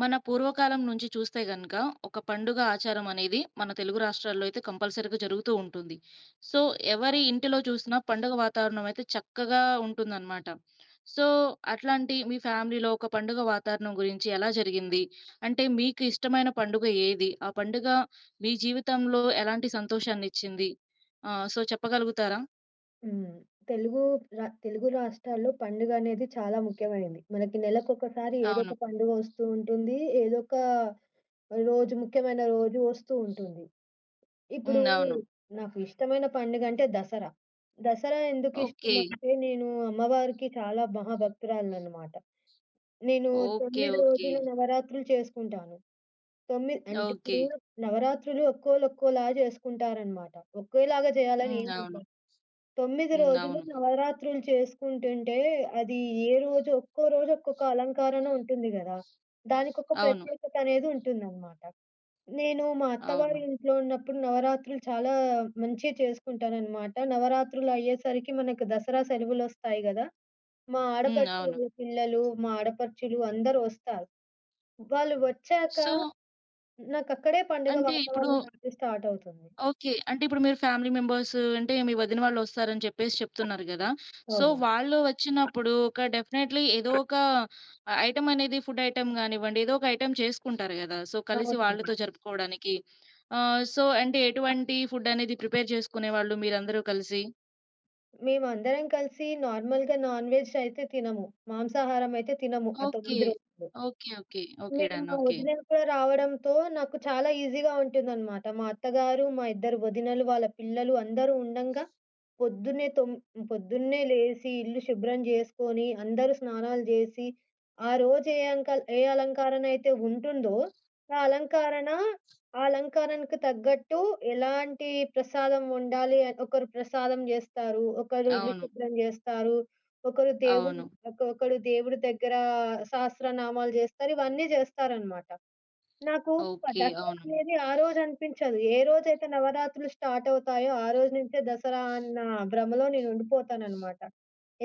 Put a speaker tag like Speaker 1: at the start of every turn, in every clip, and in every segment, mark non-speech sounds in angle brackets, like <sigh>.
Speaker 1: మన పూర్వకాలం నుంచి చూస్తే గనక ఒక పండుగ ఆచారం అనేది మన తెలుగు రాష్ట్రాల్లో అయితే కంపల్సరీగా జరుగుతూ ఉంటుంది. సో, ఎవరి ఇంటిలో చూసినా పండుగ వాతావరణం అయితే చక్కగా ఉంటుందనమాట. సో, అట్లాంటి మీ ఫ్యామిలీలో ఒక పండుగ వాతావరణం గురించి ఎలా జరిగింది? అంటే మీకు ఇష్టమైన పండుగ ఏది? ఆ పండుగ మీ జీవితంలో ఎలాంటి సంతోషాన్నిచ్చింది? సో, చెప్పగలుగుతారా?
Speaker 2: హ్మ్. తెలుగు తెలుగు రాష్ట్రాల్లో పండుగనేది చాలా ముఖ్యమైనది. మనకి నెలకొకసారి ఏదో
Speaker 1: అవును.
Speaker 2: ఒక పండుగ వస్తూ ఉంటుంది. ఏదో ఒక రోజు ముఖ్యమైన రోజు వస్తూ ఉంటుంది. ఇప్పుడు
Speaker 1: హ్మ్. అవును.
Speaker 2: నాకు ఇష్టమైన పండుగంటే దసరా. దసరా
Speaker 1: ఓకే.
Speaker 2: ఎందుకిష్టమంటే నేను అమ్మవారికి చాలా మహాభక్తురాలిననమాట. నేను
Speaker 1: ఓకే.
Speaker 2: 9
Speaker 1: ఓకే.
Speaker 2: రోజులు నవరాత్రులు చేసుకుంటాను. తొమ్మి అంటే
Speaker 1: ఓకే.
Speaker 2: ఇప్పుడు నవరాత్రులు ఒక్కోళ్ళు ఒక్కోలా చేసుకుంటారనమాట. ఒకేలాగా చేయాలని
Speaker 1: హ్మ్. అవును.
Speaker 2: ఏముండదు. 9
Speaker 1: హ్మ్.
Speaker 2: రోజులు
Speaker 1: అవును.
Speaker 2: నవరాత్రులు చేసుకుంటుంటే అది ఏ రోజు ఒక్కో రోజు ఒక్కొక్క అలంకరణ ఉంటుంది గదా! దానికొక
Speaker 1: అవును.
Speaker 2: ప్రత్యేకత అనేది ఉంటుందనమాట. నేను మా
Speaker 1: అవును.
Speaker 2: అత్తవారి ఇంట్లో ఉన్నప్పుడు నవరాత్రులు చాలా మంచిగా చేసుకుంటాననమాట. నవరాత్రులు అయ్యేసరికి మనకు దసరా సెలవులొస్తాయి గదా! మా
Speaker 1: హ్మ్.
Speaker 2: ఆడపడుచు
Speaker 1: అవును.
Speaker 2: వాళ్ళ పిల్లలు, మా ఆడపడుచులు అందరూ ఒస్తారు. వాళ్ళు వచ్చాక
Speaker 1: సో,
Speaker 2: నాకక్కడే పండుగ
Speaker 1: అంటే ఇప్పుడు
Speaker 2: వాతావరణం అనేది స్టార్ట్ అవుతుంది.
Speaker 1: ఓకే. అంటే ఇప్పుడు మీరు ఫ్యామిలీ మెంబర్స్ అంటే మీ వదిన వాళ్ళొస్తారని చెప్పేసి చెప్తున్నారు గదా! సో,
Speaker 2: అవును.
Speaker 1: వాళ్ళు వచ్చినప్పుడు ఒక డెఫినైట్‌లీ ఏదో ఒక ఐటెమ్ అనేది ఫుడ్ ఐటెమ్ గానివ్వండి, ఏదో ఒక ఐటెమ్ చేసుకుంటారు గదా! సో, కలిసి
Speaker 2: అవునండి.
Speaker 1: వాళ్ళతో జరుపుకోవడానికి. సో, అంటే ఎటువంటి ఫుడ్ అనేది ప్రిపేర్ చేసుకునేవాళ్ళు మీరందరూ కలిసి?
Speaker 2: మేమందరం కలిసి నార్మల్‌గా నాన్ వెజ్ అయితే తినము. మాంసాహారం అయితే తినము ఆ
Speaker 1: ఓకే.
Speaker 2: 9 రోజులు.
Speaker 1: ఓకే. ఓకే. ఓకే.
Speaker 2: నేను
Speaker 1: డన్.
Speaker 2: మా
Speaker 1: ఓకే.
Speaker 2: వదినలు కూడా రావడంతో నాకు చాలా ఈజీగా ఉంటుందనమాట. మా అత్తగారు, మా ఇద్దరు వదినలు, వాళ్ళ పిల్లలు అందరూ ఉండంగా పొద్దున్నే తొమ్ పొద్దున్నే లేసి ఇల్లు శుభ్రం జేసుకొని, అందరూ స్నానాలు జేసి, ఆ రోజు ఏ అంకల్ ఏ అలంకారణ అయితే ఉంటుందో, ఆ అలంకారణ ఆ అలంకారణకు తగ్గట్టు ఎలాంటి ప్రసాదం వండాలి, ఒకరు ప్రసాదం జేస్తారు, ఒకరు ఇల్లు
Speaker 1: అవును.
Speaker 2: శుభ్రం జేస్తారు, ఒకరు దేవుని
Speaker 1: అవును.
Speaker 2: ఒక్కొక్కడు దేవుడి దగ్గర సహస్రనామాలు జేస్తారు. ఇవన్నీ జేస్తారనమాట. నాకు
Speaker 1: ఓకే.
Speaker 2: దసరా
Speaker 1: అవును.
Speaker 2: అనేది ఆ రోజు అనిపించదు. ఏ రోజైతే నవరాత్రులు స్టార్ట్ అవుతాయో, ఆ రోజు నుంచే దసరా అన్న భ్రమలో నేను ఉండిపోతాననమాట.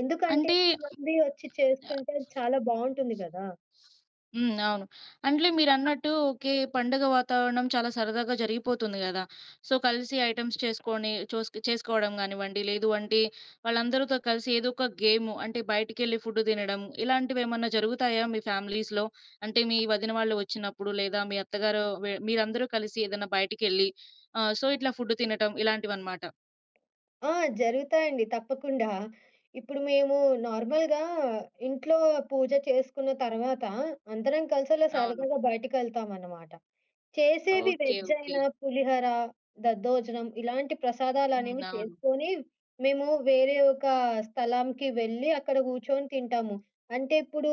Speaker 2: ఎందుకంటే
Speaker 1: అంటే
Speaker 2: ఇంతమంది ఒచ్చి చేస్తుంటే అది చాలా బావుంటుంది గదా!
Speaker 1: హ్మ్. అవును. అంటే మీరన్నట్టు ఓకే. పండుగ వాతావరణం చాలా సరదాగా జరిగిపోతుంది గదా! సో, కలిసి ఐటెమ్స్ చేసుకొని చేసుకోవడం గానివ్వండి, లేదు అంటే వాళ్ళందరితో కలిసి ఏదో ఒక గేము అంటే బయటికెళ్ళి ఫుడ్ తినడం ఇలాంటివేమన్నా జరుగుతాయా మీ ఫ్యామిలీస్‌లో? అంటే మీ వదిన వాళ్ళు వచ్చినప్పుడు లేదా మీ అత్తగారు మీరందరూ కలిసి ఏదైనా బయటికెళ్ళి సో, ఇట్లా ఫుడ్ తినటం ఇలాంటివన్నమాట.
Speaker 2: ఆ! జరుగుతాయండి తప్పకుండా. ఇప్పుడు మేము నార్మల్‌గా ఇంట్లో పూజ చేసుకున్న తర్వాత అందరం కలిసి అలా
Speaker 1: అవును.
Speaker 2: సరదాగా బయటికెళ్తామనమాట. చేసేవి
Speaker 1: ఓకే.
Speaker 2: Veg
Speaker 1: okay.
Speaker 2: అయినా, పులిహోర, దద్దోజనం ఇలాంటి
Speaker 1: హ్మ్.
Speaker 2: ప్రసాదాలనేవి
Speaker 1: అవును.
Speaker 2: చేసుకొని, మేము వేరే ఒక స్థలంకి వెళ్ళి అక్కడ కూర్చొని తింటాము. అంటే ఇప్పుడు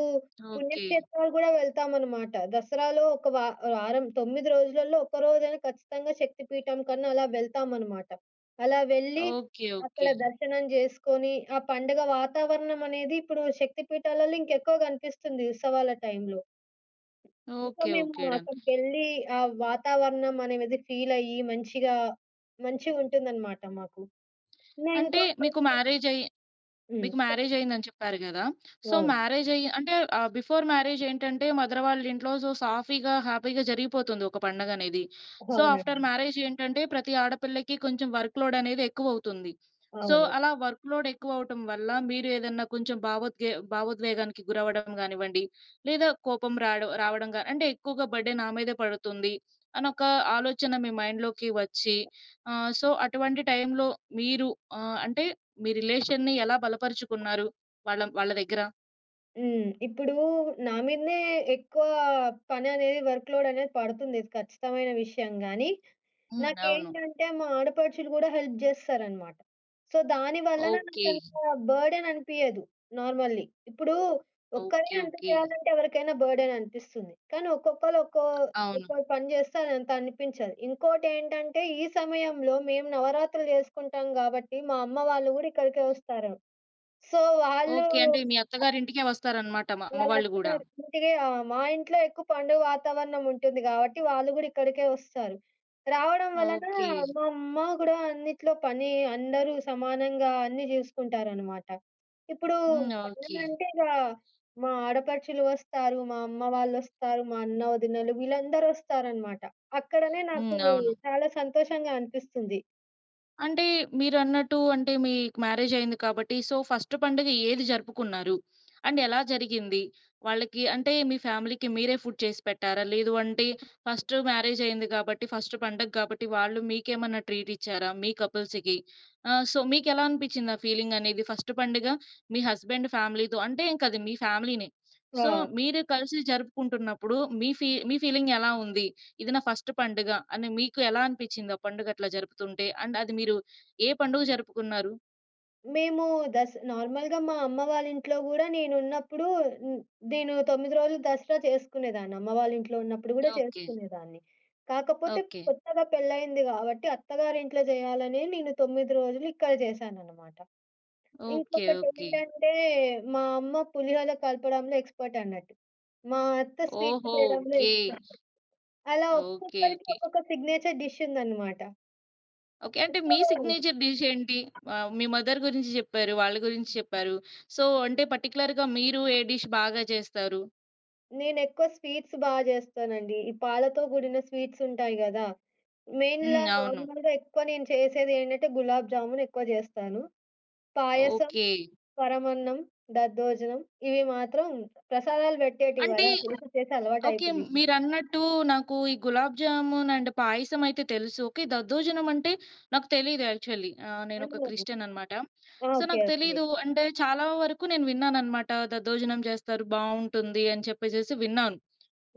Speaker 1: ఓకే.
Speaker 2: పుణ్యక్షేత్రాలు గూడా వెళ్తామనమాట. దసరాలో ఒక వా వారం 9 రోజులలో ఒక్క రోజైనా ఖచ్చితంగా శక్తిపీఠం కన్నా అలా వెళ్తామనమాట. అలా వెళ్ళి
Speaker 1: ఓకే.
Speaker 2: అక్కడ
Speaker 1: ఓకే.
Speaker 2: దర్శనం జేసుకొని, ఆ పండుగ వాతావరణం అనేది ఇప్పుడు శక్తిపీఠాలలో ఇంకెక్కువ గనిపిస్తుంది ఉత్సవాల టైంలో. So,
Speaker 1: okay.
Speaker 2: మేము
Speaker 1: ఓకే. డన్.
Speaker 2: అక్కడికెళ్ళి ఆ వాతావరణం అనేది ఫీలయ్యి మంచిగా మంచిగుంటుందనమాట మాకు. నా
Speaker 1: అంటే
Speaker 2: ఇంకోటి
Speaker 1: మీకు
Speaker 2: ఏంటంటే
Speaker 1: మ్యారేజయి
Speaker 2: హ్మ్.
Speaker 1: మీకు మ్యారేజ్ అయిందని చెప్పారు గదా! సో,
Speaker 2: అవును.
Speaker 1: మ్యారేజ్ అయ్యి అంటే బిఫోర్ మ్యారేజ్ ఏంటంటే మదర్ వాళ్ళ ఇంట్లో సో, సాఫీగా, హ్యాపీగా జరిగిపోతుంది ఒక పండగనేది. సో, ఆఫ్టర్
Speaker 2: అవునండి.
Speaker 1: మ్యారేజ్ ఏంటంటే ప్రతి ఆడపిల్లకి కొంచెం వర్క్ లోడ్ అనేది ఎక్కువవుతుంది. సో,
Speaker 2: అవును.
Speaker 1: అలా వర్క్ లోడ్ ఎక్కువవ్వటం వల్ల మీరు ఏదన్నా కొంచెం భావోద్వేగానికి గురవ్వడం గానివ్వండి, లేదా కోపం రావడం గా అంటే ఎక్కువగా బర్డెన్ నా మీదే పడుతుంది అనొక ఆలోచన మీ మైండ్‌లోకి వచ్చి సో, అటువంటి టైంలో మీరు అంటే మీ రిలేషన్‌ని ఎలా బలపరుచుకున్నారు? వాళ్ళ వాళ్ళ దగ్గర?
Speaker 2: హ్మ్. ఇప్పుడు నా మీదనే ఎక్కువ పననేది వర్క్ లోడ్ అనేది పడుతుంది. ఇది ఖచ్చితమైన విషయం గానీ,
Speaker 1: హ్మ్. అవును.
Speaker 2: నాకేంటంటే మా ఆడపడుచులు గూడా హెల్ప్ జేస్తారనమాట. సో, దాని వలన
Speaker 1: ఓకే.
Speaker 2: నాకంత బర్డెన్ అనిపియదు నార్మల్లీ. ఇప్పుడు ఒక్కరే
Speaker 1: ఓకే.
Speaker 2: అంత
Speaker 1: ఓకే.
Speaker 2: చేయాలంటే ఎవరికైనా బర్డెన్ అనిపిస్తుంది. కానీ ఒక్కొక్కళ్ళు ఒక్కో
Speaker 1: అవును.
Speaker 2: ఒక్కో పని జేస్తే అదంత అనిపించదు. ఇంకోటేంటంటే ఈ సమయంలో మేము నవరాత్రులు జేసుకుంటాం గాబట్టి, మా అమ్మ వాళ్ళు గూడా ఇక్కడికే వస్తారు. సో, వాళ్ళు
Speaker 1: ఓకే. అంటే మీ అత్తగారింటికే వస్తారనమాట. మా అమ్మ వాళ్ళు గూడా.
Speaker 2: వాళ్ళందరూ ఇంటికి ఆ! మా ఇంట్లో ఎక్కువ పండుగ వాతావరణం ఉంటుంది గాబట్టి, వాళ్ళు గూడా ఇక్కడికే వస్తారు. రావడం వలన
Speaker 1: ఓకే.
Speaker 2: మా అమ్మ గూడా అన్నిట్లో పని అందరూ సమానంగా అన్నీ జూసుకుంటారనమాట. ఇప్పుడు
Speaker 1: హ్మ్. ఓకే.
Speaker 2: పండగంటే ఇగ మా ఆడపడుచులు వస్తారు, మా అమ్మ వాళ్ళొస్తారు, మా అన్న, వదినలు వీళ్ళందరూ వస్తారనమాట. అక్కడనే నాకు
Speaker 1: హ్మ్. అవును.
Speaker 2: చాలా సంతోషంగా అనిపిస్తుంది.
Speaker 1: అంటే మీరన్నట్టు అంటే మీకు మ్యారేజ్ అయింది కాబట్టి సో ఫస్ట్ పండుగ ఏది జరుపుకున్నారు? అండ్ ఎలా జరిగింది? వాళ్ళకి అంటే మీ ఫ్యామిలీకి మీరే ఫుడ్ చేసి పెట్టారా? లేదు అంటే ఫస్ట్ మ్యారేజ్ అయింది కాబట్టి ఫస్ట్ పండగ కాబట్టి వాళ్ళు మీకేమన్నా ట్రీట్ ఇచ్చారా? మీ కపుల్స్‌కి. సో మీకెలా అనిపించింది ఆ ఫీలింగ్ అనేది? ఫస్ట్ పండుగ మీ హస్బెండ్ ఫ్యామిలీతో అంటే ఇంక అది మీ ఫ్యామిలీనే. సో
Speaker 2: ఆ!
Speaker 1: మీరు కలిసి జరుపుకుంటున్నప్పుడు మీ ఫీలింగ్ ఎలా ఉంది? ఇది నా ఫస్ట్ పండుగ అని మీకు ఎలా అనిపిచ్చింది ఆ పండుగ అట్లా జరుపుతుంటే? అండ్ అది మీరు ఏ పండుగ జరుపుకున్నారు?
Speaker 2: మేము నార్మల్‌గా మా అమ్మ వాళ్ళ ఇంట్లో గూడా నేనున్నప్పుడు హ్మ్, నేను 9 రోజులు దసరా చేసుకునేదాన్ని. అమ్మ వాళ్ళ ఇంట్లో ఉన్నప్పుడు గూడా
Speaker 1: ఓకే.
Speaker 2: చేసుకునేదాన్ని. కాకపోతే
Speaker 1: ఓకే.
Speaker 2: కొత్తగా పెళ్లయింది గాబట్టి అత్తగారింట్లో జేయాలనే నేను 9 రోజులు ఇక్కడ జేశాననమాట.
Speaker 1: ఓకే. ఓకే.
Speaker 2: ఇంకొకటేంటంటే మా అమ్మ పులిహోర కలపడంలో ఎక్స్‌పర్ట్ అన్నట్టు. మా అత్త స్వీట్లు
Speaker 1: ఓహో!
Speaker 2: జేయడంలో
Speaker 1: ఓకే.
Speaker 2: ఎక్స్‌పర్ట్. అలా
Speaker 1: ఓకే.
Speaker 2: ఒక్కొక్కరికి
Speaker 1: ఓకే.
Speaker 2: ఒక్కొక్క సిగ్నేచర్ డిష్ ఉందనమాట.
Speaker 1: ఓకే. అంటే మీ
Speaker 2: సో
Speaker 1: సిగ్నేచర్ డిష్ ఏంటి? మీ మదర్ గురించి చెప్పారు. వాళ్ళ గురించి చెప్పారు. సో, అంటే పర్టిక్యులర్‌గా మీరు ఏ డిష్ బాగా చేస్తారు?
Speaker 2: నేనెక్కువ స్వీట్స్ జేస్తానండి. ఈ పాలతో కూడిన స్వీట్స్ ఉంటాయి గదా! మెయిన్‌లా
Speaker 1: హ్మ్. అవును.
Speaker 2: నార్మల్‌గా ఎక్కువ నేను చేసేదేంటంటే గులాబ్ జామున్ ఎక్కువ జేస్తాను. పాయసం,
Speaker 1: ఓకే.
Speaker 2: పరమన్నం, దద్దోజనం ఇవి మాత్రం ప్రసాదాలు పెట్టేటివి
Speaker 1: అంటే
Speaker 2: గదా! చేసి చేసి
Speaker 1: ఓకే.
Speaker 2: అలవాటయిపోయింది.
Speaker 1: మీరన్నట్టు నాకు ఈ గులాబ్ జామున్ అండ్ పాయసం అయితే తెలుసు. ఓకే. దద్దోజనం అంటే నాకు తెలీదు యాక్చువల్లీ.
Speaker 2: ఆ!
Speaker 1: నేనొక క్రిస్టియన్ అన్నమాట. So,
Speaker 2: okay.
Speaker 1: నాకు
Speaker 2: ఓకే.
Speaker 1: తెలీదు. అంటే చాలా వరకు నేను విన్నానన్నమాట. దద్దోజనం చేస్తారు బావుంటుంది అని చెప్పేసేసి విన్నాను.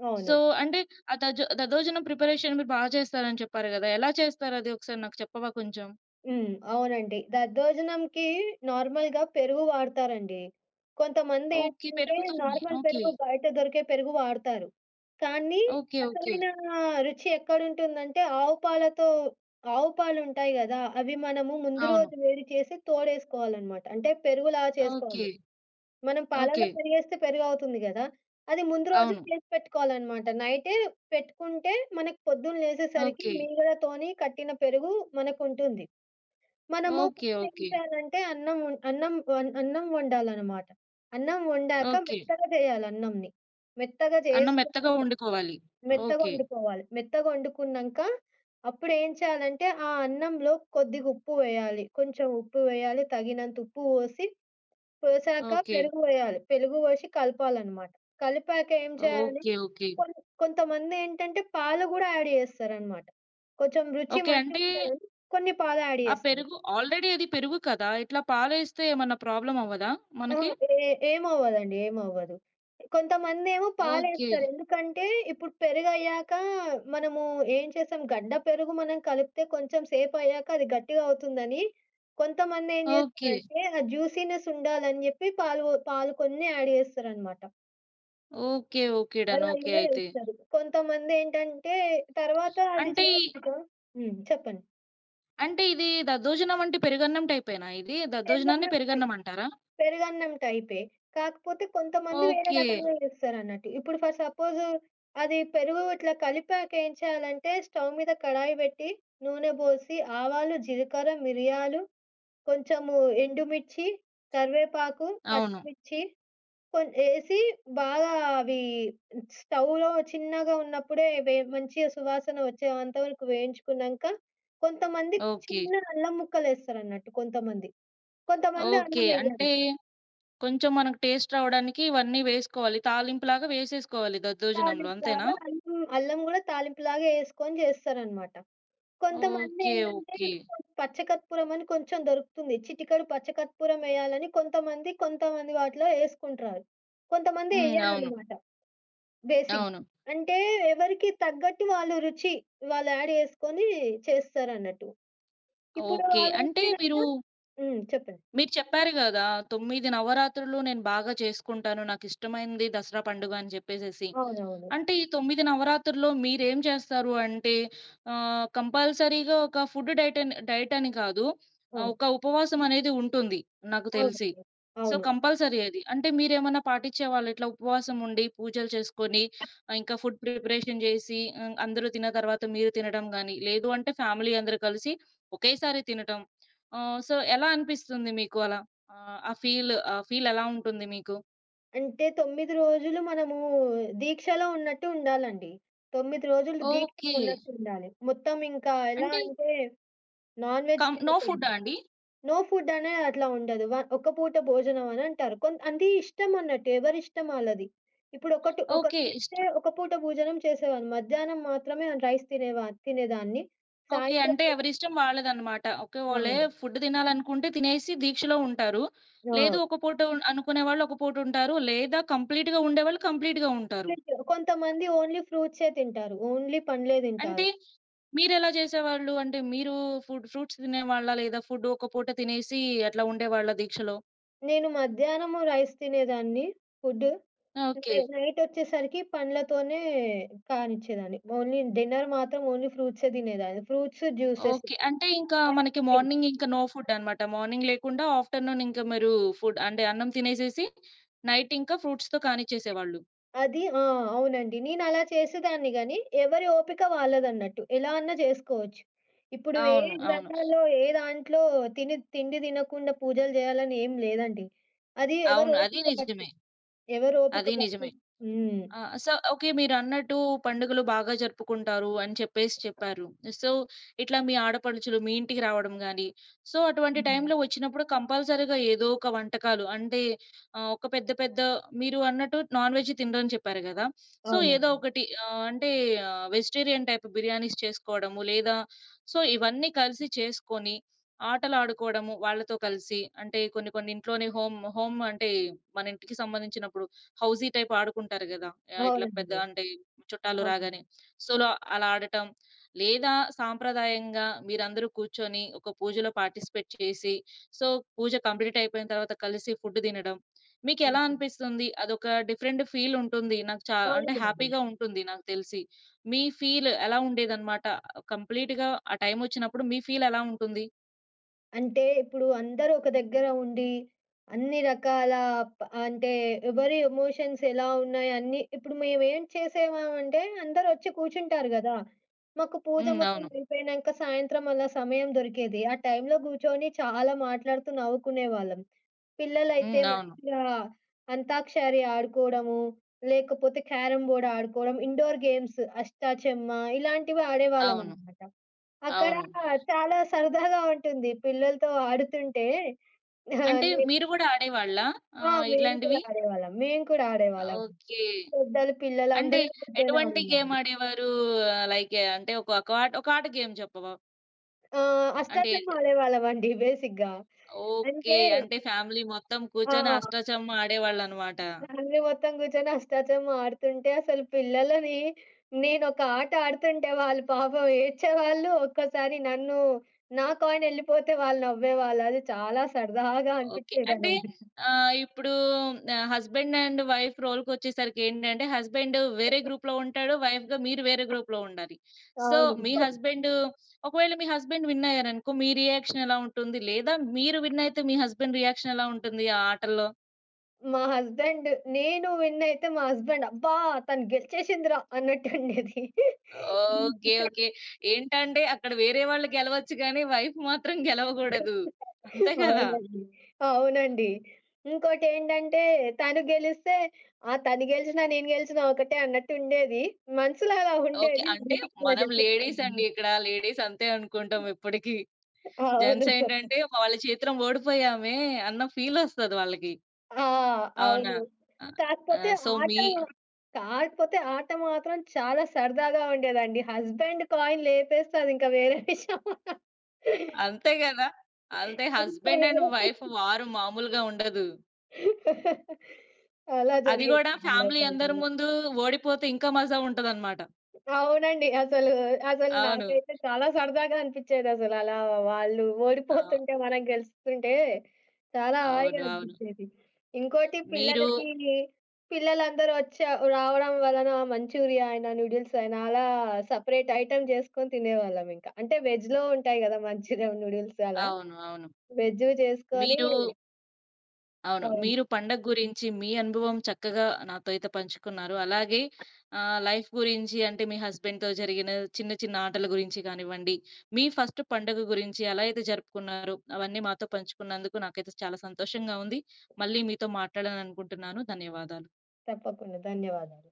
Speaker 2: అవును.
Speaker 1: సో, అంటే ఆ దద్దోజనం ప్రిపరేషన్ మీరు బాగా చేస్తారని చెప్పారు గదా! ఎలా చేస్తారు అది ఒకసారి నాకు చెప్పవా కొంచెం?
Speaker 2: హ్మ్. అవునండి. దద్దోజనంకి నార్మల్‌గా పెరుగు వాడతారండి.
Speaker 1: ఓకే.
Speaker 2: కొంతమందేంటంటే
Speaker 1: పెరుగుతోనే.
Speaker 2: Normal
Speaker 1: okay.
Speaker 2: పెరుగు బయట దొరికే పెరుగు వాడతారు. కానీ
Speaker 1: ఓకే. ఓకే.
Speaker 2: అసలైన రుచి ఎక్కడుంటుందంటే ఆవు పాలుంటాయి గదా! అవి మనము ముందు
Speaker 1: అవును.
Speaker 2: రోజు వేడి చేసి తోడేసుకోవాలనమాట. అంటే పెరుగులా
Speaker 1: ఓకే.
Speaker 2: చేసుకోవాలి. మనం
Speaker 1: ఓకే.
Speaker 2: పాలల్లో పెరిగేస్తే పెరుగవుతుంది గదా! అది ముందు రోజు
Speaker 1: అవును.
Speaker 2: చేసి పెట్టుకోవాలనమాట. నైటే పెట్టుకుంటే మనకు పొద్దున్న లేసేసరికి
Speaker 1: ఓకే.
Speaker 2: మీగడతోని కట్టిన పెరుగు మనకుంటుంది. మనము
Speaker 1: ఓకే.
Speaker 2: ఫస్ట్ ఏం
Speaker 1: ఓకే.
Speaker 2: చేయాలంటే అన్నం వండాలనమాట. అన్నం వండాక
Speaker 1: ఓకే.
Speaker 2: మెత్తగా జేయాలి అన్నంని. మెత్తగా
Speaker 1: అన్నం మెత్తగా
Speaker 2: జేసుకున్నాక
Speaker 1: వండుకోవాలి.
Speaker 2: మెత్తగా
Speaker 1: ఓకే.
Speaker 2: వండుకోవాలి. మెత్తగా వండుకున్నంక అప్పుడేం చేయాలంటే, ఆ అన్నంలో కొద్దిగా ఉప్పు వేయాలి. కొంచెం ఉప్పు వేయాలి. తగినంత ఉప్పు పోసి, పోసాక
Speaker 1: ఓకే.
Speaker 2: పెరుగు వేయాలి. పెరుగు పోసి కలపాలనమాట. కలిపాక ఏం చేయాలి,
Speaker 1: ఓకే. ఓకే.
Speaker 2: కొన్ కొంతమందేంటంటే పాలు గూడా యాడ్ జేస్తారనమాట. కొంచెం రుచి
Speaker 1: ఓకే. అంటే
Speaker 2: మంచిగుండాలని కొన్ని పాలు యాడ్
Speaker 1: ఆ
Speaker 2: జేస్తారు.
Speaker 1: పెరుగు ఆల్రెడీ అది పెరుగు కదా! ఇట్లా పాలేస్తే ఏమన్నా ప్రాబ్లమ్ అవ్వదా
Speaker 2: ఆ!
Speaker 1: మనకి?
Speaker 2: ఏ ఏమవ్వదండి. ఏమవ్వదు. కొంతమందేమో
Speaker 1: ఓకే.
Speaker 2: పాలేస్తారు. ఎందుకంటే ఇప్పుడు పెరుగయ్యాక మనము ఏం చేస్తాం గడ్డ పెరుగు మనం కలిపితే కొంచెం సేపయ్యాక అది గట్టిగా అవుతుందని కొంతమందేం
Speaker 1: ఓకే.
Speaker 2: జేస్తారంటే ఆ జ్యూసీనెస్ ఉండాలని జెప్పి పాలు కొన్ని యాడ్ జేస్తారనమాట.
Speaker 1: ఓకే. ఓకే. డన్.
Speaker 2: అలా
Speaker 1: ఓకే
Speaker 2: గూడా
Speaker 1: అయితే.
Speaker 2: జేస్తారు. కొంతమందేంటంటే తర్వాత అది
Speaker 1: అంటే ఈ
Speaker 2: చేశాక హ్మ్. చెప్పండి.
Speaker 1: అంటే ఇది దద్దోజనం అంటే పెరుగన్నం టైపేనా ఇది? దద్దోజనాన్ని
Speaker 2: తెల్లన్నం
Speaker 1: పెరుగన్నం
Speaker 2: టైప్.
Speaker 1: అంటారా?
Speaker 2: పెరుగన్నం టైపే. కాకపోతే కొంతమంది వేరే
Speaker 1: ఓకే.
Speaker 2: రకంగా చేస్తారన్నట్టు. ఇప్పుడు ఫర్ సపోజ్ అది పెరుగు ఇట్లా కలిపాక ఏం చేయాలంటే స్టవ్ మీద కడాయి పెట్టి, నూనె పోసి, ఆవాలు, జీలకర్ర, మిరియాలు, కొంచెము ఎండుమిర్చి, కరివేపాకు,
Speaker 1: అవును.
Speaker 2: పచ్చిమిర్చి ఏసి బాగా అవి స్టవ్‌లో చిన్నగా ఉన్నప్పుడే మంచిగా సువాసన వచ్చేంత వరకు వేయించుకున్నాంక, కొంతమంది
Speaker 1: ఓకే.
Speaker 2: చిన్న అల్లం ముక్కలేస్తారన్నట్టు కొంతమంది. కొంతమంది
Speaker 1: ఓకే.
Speaker 2: అల్లం
Speaker 1: అంటే
Speaker 2: వెయ్యరు.
Speaker 1: కొంచెం మనకు టేస్ట్ రావడానికి ఇవన్నీ వేసుకోవాలి. తాలింపులాగా వేసేసుకోవాలి దద్దోజనంలో అంతేనా?
Speaker 2: తాలింపులాగా అల్లం, అల్లం గూడా తాలింపులాగా యేసుకొని జేస్తారనమాట.
Speaker 1: ఓకే.
Speaker 2: కొంతమందేంటంటే
Speaker 1: ఓకే.
Speaker 2: పచ్చకర్పూరం అని కొంచెం దొరుకుతుంది. చిటికెడు పచ్చకర్పూరం యేయాలని కొంతమంది, కొంతమంది వాటిలో యేసుకుంటారు. కొంతమంది
Speaker 1: హ్మ్. అవును.
Speaker 2: యేయరనమాట బేసిక్.
Speaker 1: అవును.
Speaker 2: అంటే ఎవరికి తగ్గట్టు వాళ్ళు రుచి వాళ్ళు యాడ్ యేసుకొని చేస్తారన్నట్టు. ఇప్పుడు
Speaker 1: ఓకే. అంటే మీరు
Speaker 2: అవేంటిదంటే హ్మ్. చెప్పండి.
Speaker 1: మీరు చెప్పారు గదా! 9 నవరాత్రులు నేను బాగా చేసుకుంటాను. నాకిష్టమైంది దసరా పండుగ అని జెప్పేసేసి.
Speaker 2: అవునవును.
Speaker 1: అంటే ఈ 9 నవరాత్రుల్లో మీరేం చేస్తారు అంటే కంపల్సరీగా ఒక ఫుడ్ డైట్ అని డైట్ అని కాదు.
Speaker 2: ఆ!
Speaker 1: ఒక ఉపవాసం అనేది ఉంటుంది నాకు తెలిసి.
Speaker 2: అవునండి.
Speaker 1: సో,
Speaker 2: అవును.
Speaker 1: కంపల్సరీ అది. అంటే మీరేమన్నా పాటించేవాళ్ళా ఇట్లా ఉపవాసం ఉండి పూజలు చేసుకొని ఇంకా ఫుడ్ ప్రిపరేషన్ చేసి అందరూ తిన్న తర్వాత మీరు తినడం గాని, లేదు అంటే ఫ్యామిలీ అందరూ కలిసి ఒకేసారి తినటం. సో, ఎలా అనిపిస్తుంది మీకు అలా? ఆ ఫీల్ ఎలా ఉంటుంది మీకు?
Speaker 2: అంటే 9 రోజులు మనము దీక్షలో ఉన్నట్టు ఉండాలండి. 9 రోజులు దీక్షలో
Speaker 1: ఓకే.
Speaker 2: ఉన్నట్టు ఉండాలి. మొత్తం ఇంకా ఎలా
Speaker 1: అంటే
Speaker 2: అంటే నాన్ వెజ్
Speaker 1: కం నో ఫుడ్డా
Speaker 2: తినకూడదు.
Speaker 1: అండి?
Speaker 2: నో ఫుడ్ అనే అట్లా ఉండదు. ఒక్క పూట భోజనం అని అంటారు. కొంత అది ఇష్టం అన్నట్టు ఎవరిష్టం ఆళ్ళది. ఇప్పుడు ఒకటి ఒక
Speaker 1: ఓకే.
Speaker 2: నేనైతే ఒక పూట భోజనం చేసేవాడిని. మధ్యాహ్నం మాత్రమే రైస్ తినేదాన్ని.
Speaker 1: ఓకే.
Speaker 2: సాయంత్రం
Speaker 1: అంటే ఎవరిష్టం వాళ్ళదనమాట. ఓకే. వాళ్ళే
Speaker 2: ఆ!
Speaker 1: ఫుడ్ తినాలనుకుంటే తినేసి దీక్షలో ఉంటారు. లేదు
Speaker 2: ఆ!
Speaker 1: ఒక పూట అనుకునే వాళ్ళు ఒక పూట ఉంటారు. లేదా కంప్లీట్‌గా ఉండేవాళ్ళు కంప్లీట్‌గా ఉంటారు.
Speaker 2: కొంతమంది ఓన్లీ ఫ్రూట్సే తింటారు. ఓన్లీ పండ్లే
Speaker 1: అంటే
Speaker 2: తింటారు.
Speaker 1: మీరెలా చేసేవాళ్ళు? అంటే మీరు ఫుడ్ ఫ్రూట్స్ తినేవాళ్ళా? లేదా ఫుడ్ ఒక పూట తినేసి అట్లా ఉండేవాళ్ళా దీక్షలో?
Speaker 2: నేను మధ్యాహ్నము రైస్ తినేదాన్ని ఫుడ్.
Speaker 1: ఓకే.
Speaker 2: నైటొచ్చేసరికి పండ్లతోనే కానిచ్చేదాన్ని. ఓన్లీ డిన్నర్ మాత్రం ఓన్లీ ఫ్రూట్సే తినేదాన్ని. Fruits, juices.
Speaker 1: ఓకే. అంటే ఇంకా మనకి
Speaker 2: <unintelligible>
Speaker 1: మార్నింగ్ ఇంకా నో ఫుడ్ అనమాట. మార్నింగ్ లేకుండా ఆఫ్టర్‌నూన్ ఇంకా మీరు ఫుడ్ అంటే అన్నం తినేసేసి నైట్ ఇంకా ఫ్రూట్స్‌తో కానిచ్చేసేవాళ్ళు.
Speaker 2: అది ఆ! అవునండి. నేనలా చేసేదాన్ని గానీ, ఎవరి ఓపిక వాళ్ళదన్నట్టు. ఎలా అన్నా చేసుకోవచ్చు. ఇప్పుడు ఏ
Speaker 1: అవును. అవును.
Speaker 2: గ్రంథాల్లో, ఏ దాంట్లో తిండి తినకుండా పూజలు జేయాలని ఏం లేదండి. అది ఎవరి
Speaker 1: అవును. అది
Speaker 2: ఓపిక బట్టి.
Speaker 1: నిజమే.
Speaker 2: ఎవరి ఓపిక
Speaker 1: అది నిజమే.
Speaker 2: బట్టి. హ్మ్.
Speaker 1: ఆ! So, okay. మీరన్నట్టు పండుగలు బాగా జరుపుకుంటారు అని చెప్పేసి చెప్పారు. సో, ఇట్లా మీ ఆడపడుచులు మీ ఇంటికి రావడం గాని, సో, అటువంటి
Speaker 2: హ్మ్.
Speaker 1: టైంలో వచ్చినప్పుడు కంపల్సరీగా ఏదో ఒక వంటకాలు అంటే ఒక పెద్ద పెద్ద మీరు అన్నట్టు నాన్ వెజ్ తినరని చెప్పారు గదా! సో, ఏదో
Speaker 2: అవునండి.
Speaker 1: ఒకటి అంటే వెజిటేరియన్ టైప్ బిర్యానీస్ చేసుకోవడము లేదా సో, ఇవన్నీ కలిసి చేసుకొని ఆటలాడుకోవడము వాళ్ళతో కలిసి. అంటే కొన్ని కొన్ని ఇంట్లోనే హోమ్, హోమ్ అంటే మన ఇంటికి సంబంధించినప్పుడు హౌసీ టైప్ ఆడుకుంటారు గదా! ఇట్లా పెద్ద
Speaker 2: అవునండి.
Speaker 1: అంటే చుట్టాలు
Speaker 2: అవును.
Speaker 1: రాగానే. సో, లో అలా ఆడటం. లేదా సాంప్రదాయంగా మీరందరూ కూర్చొని ఒక పూజలో పార్టిసిపేట్ చేసి, సో, పూజ కంప్లీట్ అయిపోయిన తర్వాత కలిసి ఫుడ్ తినడం. మీకెలా అనిపిస్తుంది? అదొక డిఫరెంట్ ఫీల్ ఉంటుంది. నాకు చా అంటే
Speaker 2: అవునండి.
Speaker 1: హ్యాపీగా ఉంటుంది నాకు తెలిసి. మీ ఫీల్ ఎలా ఉండేదనమాట? కంప్లీట్‌గా ఆ టైమొచ్చినప్పుడు మీ ఫీల్ ఎలా ఉంటుంది?
Speaker 2: అంటే ఇప్పుడు అందరూ ఒక దగ్గర ఉండి, అన్ని రకాల ప అంటే ఎవరి ఎమోషన్స్ ఎలా ఉన్నాయి అన్నీ ఇప్పుడు మేమేం చేసేవామంటే అందరూ వచ్చి కూర్చుంటారు గదా! మాకు పూజ
Speaker 1: హ్మ్.
Speaker 2: మొత్తం
Speaker 1: అవును.
Speaker 2: అయిపోయినంక సాయంత్రం అలా సమయం దొరికేది. ఆ టైంలో గూర్చొని చాలా మాట్లాడుతూ నవ్వుకునేవాళ్ళం.
Speaker 1: హ్మ్.
Speaker 2: పిల్లలైతే
Speaker 1: అవును.
Speaker 2: మంచిగా అంతాక్షరి ఆడుకోవడము, లేకపోతే క్యారమ్ బోర్డ్ ఆడుకోవడం, ఇండోర్ గేమ్స్ అష్టాచెమ్మా ఇలాంటివి
Speaker 1: అవును.
Speaker 2: ఆడేవాళ్ళమనమాట. అక్కడ
Speaker 1: అవును.
Speaker 2: చాలా సరదాగా ఉంటుంది. పిల్లలతో ఆడుతుంటే ఆహ్,
Speaker 1: అంటే
Speaker 2: నేను
Speaker 1: మీరు గూడా ఆడేవాళ్ళా
Speaker 2: ఆ!
Speaker 1: ఇట్లాంటివి?
Speaker 2: మేము కూడా ఆడేవాళ్ళం.
Speaker 1: ఓకే.
Speaker 2: పెద్దలు, పిల్లలు
Speaker 1: అంటే
Speaker 2: అందరం కూర్చొని
Speaker 1: ఎటువంటి గేమ్
Speaker 2: ఆడేవాళ్ళం.
Speaker 1: ఆడేవారు? లైక్ అంటే ఒక ఒక ఆట ఒక ఆట గేమ్ చెప్పవా?
Speaker 2: ఆహ్,
Speaker 1: అంటే
Speaker 2: అష్టాచమ్మా ఆడేవాళ్ళమండి బేసిక్‌గా.
Speaker 1: ఓకే.
Speaker 2: అంటే
Speaker 1: అంటే ఫ్యామిలీ మొత్తం కూర్చొని
Speaker 2: ఆ!
Speaker 1: అష్టాచమ్మా ఆడేవాళ్ళనమాట.
Speaker 2: ఫ్యామిలీ మొత్తం కూర్చొని అష్టాచమ్మా ఆడుతుంటే అసలు పిల్లలని నేనొక ఆట ఆడుతుంటే వాళ్ళు పాపం ఏడ్చేవాళ్ళు. ఒక్కోసారి నన్ను నా కాయిన్ ఎళ్ళిపోతే వాళ్ళు నవ్వేవాళ్ళు. అది చాలా సరదాగా
Speaker 1: ఓకే. అంటే
Speaker 2: అనిపిచ్చేదనమాట.
Speaker 1: ఇప్పుడు హస్బెండ్ అండ్ వైఫ్ రోల్‌కొచ్చేసరికి ఏంటంటే హస్బెండ్ వేరే గ్రూప్‌లో ఉంటాడు. వైఫ్‌గా మీరు వేరే గ్రూప్‌లో ఉండాలి. సో,
Speaker 2: అవును.
Speaker 1: మీ హస్బెండ్ ఒకవేళ మీ హస్బెండ్ విన్ అయ్యారనుకో మీ రియాక్షన్ ఎలా ఉంటుంది? లేదా మీరు విన్ అయితే మీ హస్బెండ్ రియాక్షన్ ఎలా ఉంటుంది ఆ ఆటల్లో?
Speaker 2: మా హస్బెండ్ నేను విన్ అయితే మా హస్బెండ్ "అబ్బా! తను గెలిచేసిందిరా" అన్నట్టుండేది.
Speaker 1: ఓకే. ఓకే. ఏంటంటే అక్కడ వేరే వాళ్ళు గెలవచ్చు గానీ వైఫ్ మాత్రం గెలవగూడదు. అంతే గదా!
Speaker 2: అవునండి. అవునండి. ఇంకోటేంటంటే తను గెలిస్తే ఆ! తను గెలిచినా, నేను గెలిచినా ఒకటే అన్నట్టుండేది. మనసులో అలా
Speaker 1: ఓకే.
Speaker 2: ఉండేది.
Speaker 1: అంటే
Speaker 2: బయటికి ఇలా
Speaker 1: మనం లేడీస్
Speaker 2: చెప్పేదాన్ని.
Speaker 1: అండి ఇక్కడ. లేడీస్ అంతే అనుకుంటాం ఎప్పటికి.
Speaker 2: అవును.
Speaker 1: జెంట్స్ ఏంటంటే వాళ్ళ చేతిలో ఓడిపోయామే అన్న ఫీలొస్తది వాళ్ళకి.
Speaker 2: ఆ!
Speaker 1: అవునా?
Speaker 2: అవును.
Speaker 1: ఆ!
Speaker 2: కాకపోతే
Speaker 1: సో,
Speaker 2: ఆట
Speaker 1: మీ
Speaker 2: మాత్రం చాలా సరదాగా ఉండేదండి. హస్బెండ్ కాయిన్ లేపేస్తే అదింక వేరే విషయం.
Speaker 1: అంతే గదా! అంతే
Speaker 2: అది ఇంకా
Speaker 1: హస్బెండ్
Speaker 2: వేరే
Speaker 1: అండ్ వైఫ్ వారు మామూలుగా ఉండదు.
Speaker 2: <laughs> అలా
Speaker 1: అది
Speaker 2: జరిగేది.
Speaker 1: గూడా
Speaker 2: చాలా
Speaker 1: ఫ్యామిలీ అందరి
Speaker 2: సరదాగా.
Speaker 1: ముందు ఓడిపోతే ఇంకా మజా ఉంటదనమాట.
Speaker 2: అవునండి. అసలు
Speaker 1: అవును.
Speaker 2: నాకైతే చాలా సరదాగా అనిపిచ్చేదసలు. అలా వాళ్ళు
Speaker 1: ఆ!
Speaker 2: ఓడిపోతుంటే, మనం గెలుస్తుంటే చాలా హాయిగా
Speaker 1: అవును. అవును.
Speaker 2: అనిపిచ్చేది. ఇంకోటి
Speaker 1: మీరు
Speaker 2: పిల్లలకి పిల్లలందరూ వచ్చా రావడం వలన మంచూరియా అయినా, నూడిల్స్ అయినా అలా సెపరేట్ ఐటెమ్ చేసుకొని తినేవాళ్ళమింక. అంటే వెజ్‌లో ఉంటాయి గదా! మంచూరియా, నూడిల్స్ అలా.
Speaker 1: అవును. అవును.
Speaker 2: వెజ్‌వి చేసుకొని
Speaker 1: మీరు అవును.
Speaker 2: అవును.
Speaker 1: మీరు పండగ గురించి మీ అనుభవం చక్కగా నాతో అయితే పంచుకున్నారు. అలాగే లైఫ్ గురించి అంటే మీ హస్బెండ్‌తో జరిగిన చిన్న, చిన్న ఆటల గురించి కానివ్వండి, మీ ఫస్ట్ పండుగ గురించి ఎలా అయితే జరుపుకున్నారో అవన్నీ మాతో పంచుకున్నందుకు నాకైతే చాలా సంతోషంగా ఉంది. మళ్ళీ మీతో మాట్లాడాలనుకుంటున్నాను. ధన్యవాదాలు.
Speaker 2: తప్పకుండా. ధన్యవాదాలు.